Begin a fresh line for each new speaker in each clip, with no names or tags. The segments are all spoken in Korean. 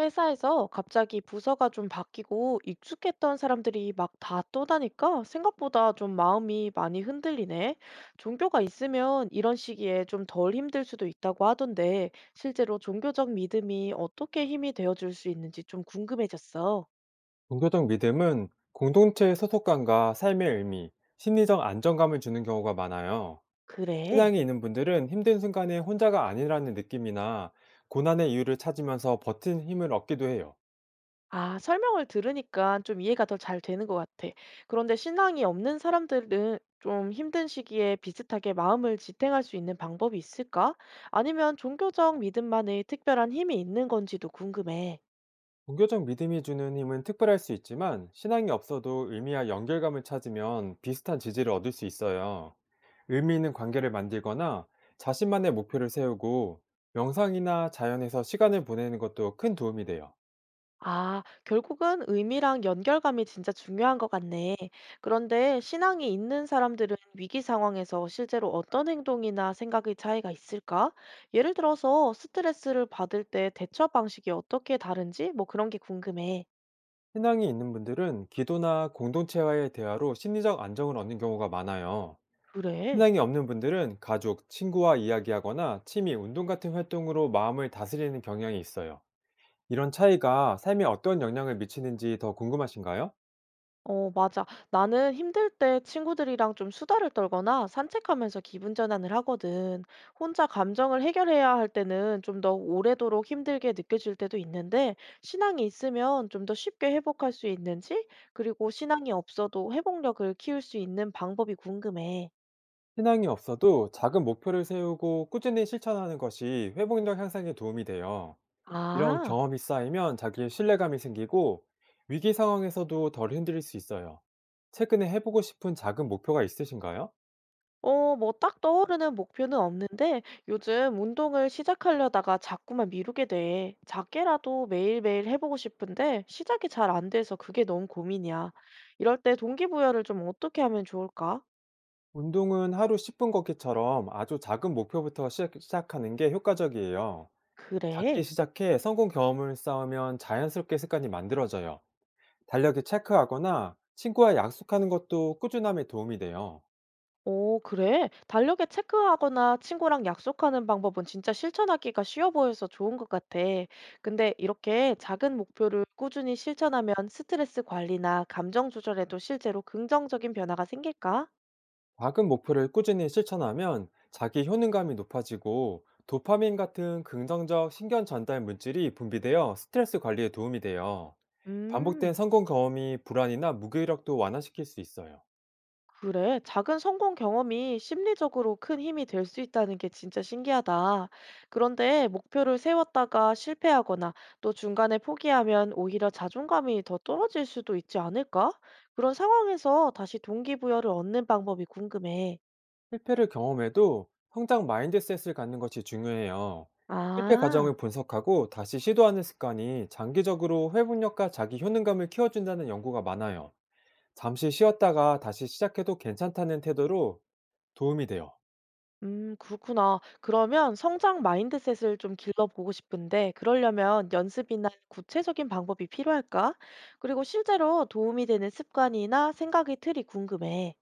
회사에서 갑자기 부서가 좀 바뀌고 익숙했던 사람들이 막 다 떠나니까 생각보다 좀 마음이 많이 흔들리네. 종교가 있으면 이런 시기에 좀 덜 힘들 수도 있다고 하던데 실제로 종교적 믿음이 어떻게 힘이 되어줄 수 있는지 좀 궁금해졌어.
종교적 믿음은 공동체의 소속감과 삶의 의미, 심리적 안정감을 주는 경우가 많아요.
그래.
신앙이 있는 분들은 힘든 순간에 혼자가 아니라는 느낌이나 고난의 이유를 찾으면서 버틴 힘을 얻기도 해요.
아 설명을 들으니까 좀 이해가 더 잘 되는 것 같아. 그런데 신앙이 없는 사람들은 좀 힘든 시기에 비슷하게 마음을 지탱할 수 있는 방법이 있을까? 아니면 종교적 믿음만의 특별한 힘이 있는 건지도 궁금해.
종교적 믿음이 주는 힘은 특별할 수 있지만, 신앙이 없어도 의미와 연결감을 찾으면 비슷한 지지를 얻을 수 있어요. 의미 있는 관계를 만들거나, 자신만의 목표를 세우고, 명상이나 자연에서 시간을 보내는 것도 큰 도움이 돼요.
아, 결국은 의미랑 연결감이 진짜 중요한 것 같네. 그런데 신앙이 있는 사람들은 위기 상황에서 실제로 어떤 행동이나 생각의 차이가 있을까? 예를 들어서 스트레스를 받을 때 대처 방식이 어떻게 다른지 뭐 그런 게 궁금해.
신앙이 있는 분들은 기도나 공동체와의 대화로 심리적 안정을 얻는 경우가 많아요.
그래?
신앙이 없는 분들은 가족, 친구와 이야기하거나 취미, 운동 같은 활동으로 마음을 다스리는 경향이 있어요. 이런 차이가 삶에 어떤 영향을 미치는지 더 궁금하신가요?
어, 맞아. 나는 힘들 때 친구들이랑 좀 수다를 떨거나 산책하면서 기분 전환을 하거든. 혼자 감정을 해결해야 할 때는 좀 더 오래도록 힘들게 느껴질 때도 있는데, 신앙이 있으면 좀 더 쉽게 회복할 수 있는지, 그리고 신앙이 없어도 회복력을 키울 수 있는 방법이 궁금해.
신앙이 없어도 작은 목표를 세우고 꾸준히 실천하는 것이 회복력 향상에 도움이 돼요. 이런
아.
경험이 쌓이면 자기의 신뢰감이 생기고, 위기 상황에서도 덜 흔들릴 수 있어요. 최근에 해보고 싶은 작은 목표가 있으신가요?
어, 뭐 딱 떠오르는 목표는 없는데 요즘 운동을 시작하려다가 자꾸만 미루게 돼. 작게라도 매일매일 해보고 싶은데 시작이 잘 안 돼서 그게 너무 고민이야. 이럴 때 동기부여를 좀 어떻게 하면 좋을까?
운동은 하루 10분 걷기처럼 아주 작은 목표부터 시작하는 게 효과적이에요. 작게
그래.
시작해 성공 경험을 쌓으면 자연스럽게 습관이 만들어져요. 달력에 체크하거나 친구와 약속하는 것도 꾸준함에 도움이 돼요.
오, 그래. 달력에 체크하거나 친구랑 약속하는 방법은 진짜 실천하기가 쉬워 보여서 좋은 것 같아. 근데 이렇게 작은 목표를 꾸준히 실천하면 스트레스 관리나 감정 조절에도 실제로 긍정적인 변화가 생길까?
작은 목표를 꾸준히 실천하면 자기 효능감이 높아지고, 도파민 같은 긍정적 신경 전달 물질이 분비되어 스트레스 관리에 도움이 돼요. 반복된
음.
성공 경험이 불안이나 무기력도 완화시킬 수 있어요.
그래, 작은 성공 경험이 심리적으로 큰 힘이 될 수 있다는 게 진짜 신기하다. 그런데 목표를 세웠다가 실패하거나 또 중간에 포기하면 오히려 자존감이 더 떨어질 수도 있지 않을까? 그런 상황에서 다시 동기부여를 얻는 방법이 궁금해.
실패를 경험해도 성장 마인드셋을 갖는 것이 중요해요. 실패
아,
과정을 분석하고 다시 시도하는 습관이 장기적으로 회복력과 자기 효능감을 키워준다는 연구가 많아요. 잠시 쉬었다가 다시 시작해도 괜찮다는 태도로 도움이 돼요.
그렇구나. 그러면 성장 마인드셋을 좀 길러보고 싶은데, 그러려면 연습이나 구체적인 방법이 필요할까? 그리고 실제로 도움이 되는 습관이나 생각의 틀이 궁금해.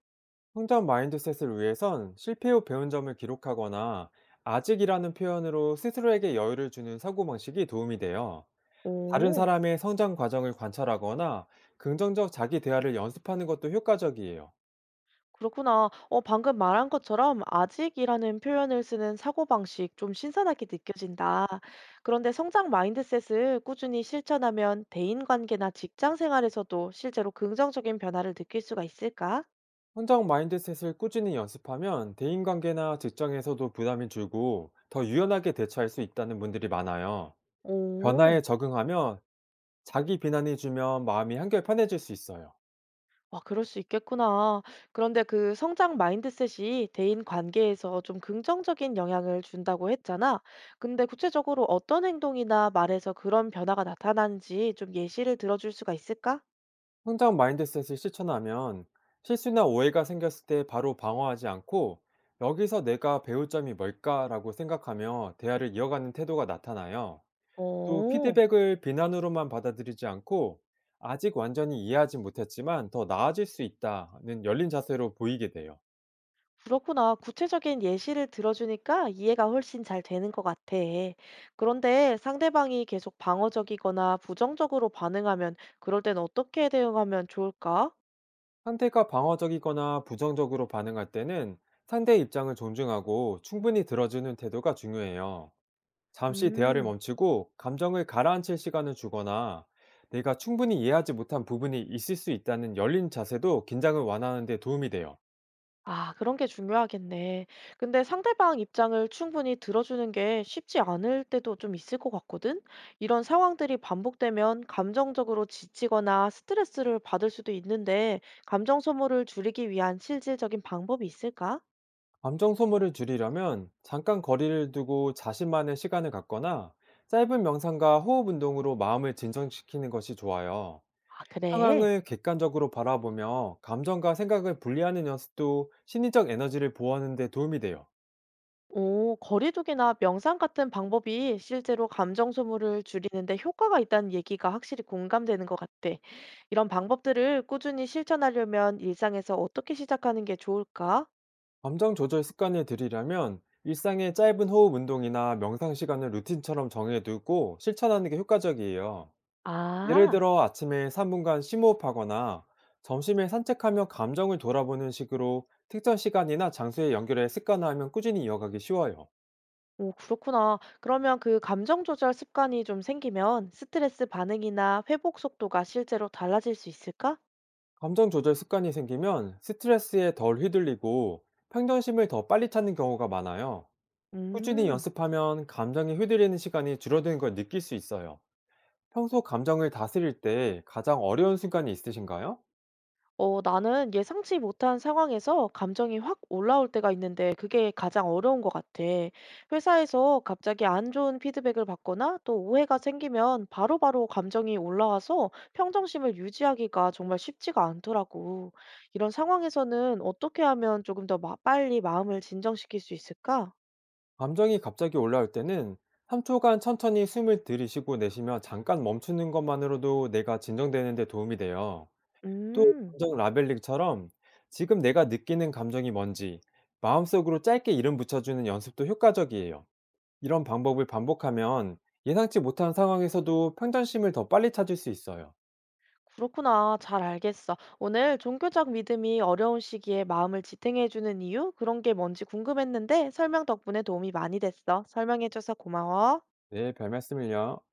성장 마인드셋을 위해선 실패 후 배운 점을 기록하거나, 아직이라는 표현으로 스스로에게 여유를 주는 사고방식이 도움이 돼요. 다른
오,
사람의 성장 과정을 관찰하거나 긍정적 자기 대화를 연습하는 것도 효과적이에요.
그렇구나. 어, 방금 말한 것처럼 아직이라는 표현을 쓰는 사고방식 좀 신선하게 느껴진다. 그런데 성장 마인드셋을 꾸준히 실천하면 대인관계나 직장 생활에서도 실제로 긍정적인 변화를 느낄 수가 있을까?
현장 마인드셋을 꾸준히 연습하면 대인관계나 직장에서도 부담이 줄고 더 유연하게 대처할 수 있다는 분들이 많아요. 변화에
오,
적응하며 자기 비난이 주면 마음이 한결 편해질 수 있어요.
와, 그럴 수 있겠구나. 그런데 그 성장 마인드셋이 대인 관계에서 좀 긍정적인 영향을 준다고 했잖아. 근데 구체적으로 어떤 행동이나 말에서 그런 변화가 나타나는지 좀 예시를 들어줄 수가 있을까?
현장 마인드셋을 실천하면 실수나 오해가 생겼을 때 바로 방어하지 않고, 여기서 내가 배울 점이 뭘까라고 생각하며 대화를 이어가는 태도가 나타나요. 또
어,
피드백을 비난으로만 받아들이지 않고, 아직 완전히 이해하지 못했지만 더 나아질 수 있다는 열린 자세로 보이게 돼요.
그렇구나. 구체적인 예시를 들어주니까 이해가 훨씬 잘 되는 것 같아. 그런데 상대방이 계속 방어적이거나 부정적으로 반응하면 그럴 땐 어떻게 대응하면 좋을까?
상대가 방어적이거나 부정적으로 반응할 때는 상대의 입장을 존중하고 충분히 들어주는 태도가 중요해요. 잠시 대화를
음,
멈추고 감정을 가라앉힐 시간을 주거나, 내가 충분히 이해하지 못한 부분이 있을 수 있다는 열린 자세도 긴장을 완화하는 데 도움이 돼요.
아, 그런 게 중요하겠네. 근데 상대방 입장을 충분히 들어주는 게 쉽지 않을 때도 좀 있을 것 같거든? 이런 상황들이 반복되면 감정적으로 지치거나 스트레스를 받을 수도 있는데 감정 소모를 줄이기 위한 실질적인 방법이 있을까?
감정 소모를 줄이려면 잠깐 거리를 두고 자신만의 시간을 갖거나, 짧은 명상과 호흡 운동으로 마음을 진정시키는 것이 좋아요.
아, 그래?
상황을 객관적으로 바라보며 감정과 생각을 분리하는 연습도 심리적 에너지를 보호하는 데 도움이 돼요.
오, 거리두기나 명상 같은 방법이 실제로 감정 소모를 줄이는데 효과가 있다는 얘기가 확실히 공감되는 것 같아. 이런 방법들을 꾸준히 실천하려면 일상에서 어떻게 시작하는 게 좋을까?
감정 조절 습관을 들이려면 일상의 짧은 호흡 운동이나 명상 시간을 루틴처럼 정해두고 실천하는 게 효과적이에요. 예를
아,
들어 아침에 3분간 심호흡하거나, 점심에 산책하며 감정을 돌아보는 식으로 특정 시간이나 장소에 연결해 습관화하면 꾸준히 이어가기 쉬워요.
오, 그렇구나. 그러면 그 감정 조절 습관이 좀 생기면 스트레스 반응이나 회복 속도가 실제로 달라질 수 있을까?
감정 조절 습관이 생기면 스트레스에 덜 휘둘리고, 평정심을 더 빨리 찾는 경우가 많아요. 꾸준히
음.
연습하면 감정이 휘둘리는 시간이 줄어드는 걸 느낄 수 있어요. 평소 감정을 다스릴 때 가장 어려운 순간이 있으신가요?
어, 나는 예상치 못한 상황에서 감정이 확 올라올 때가 있는데 그게 가장 어려운 것 같아. 회사에서 갑자기 안 좋은 피드백을 받거나 또 오해가 생기면 바로바로 감정이 올라와서 평정심을 유지하기가 정말 쉽지가 않더라고. 이런 상황에서는 어떻게 하면 조금 더 빨리 마음을 진정시킬 수 있을까?
감정이 갑자기 올라올 때는 3초간 천천히 숨을 들이쉬고 내쉬며 잠깐 멈추는 것만으로도 내가 진정되는 데 도움이 돼요. 또
음.
감정 라벨링처럼 지금 내가 느끼는 감정이 뭔지 마음속으로 짧게 이름 붙여주는 연습도 효과적이에요. 이런 방법을 반복하면 예상치 못한 상황에서도 평정심을 더 빨리 찾을 수 있어요.
그렇구나. 잘 알겠어. 오늘 종교적 믿음이 어려운 시기에 마음을 지탱해주는 이유? 그런 게 뭔지 궁금했는데 설명 덕분에 도움이 많이 됐어. 설명해줘서 고마워.
네, 별 말씀을요.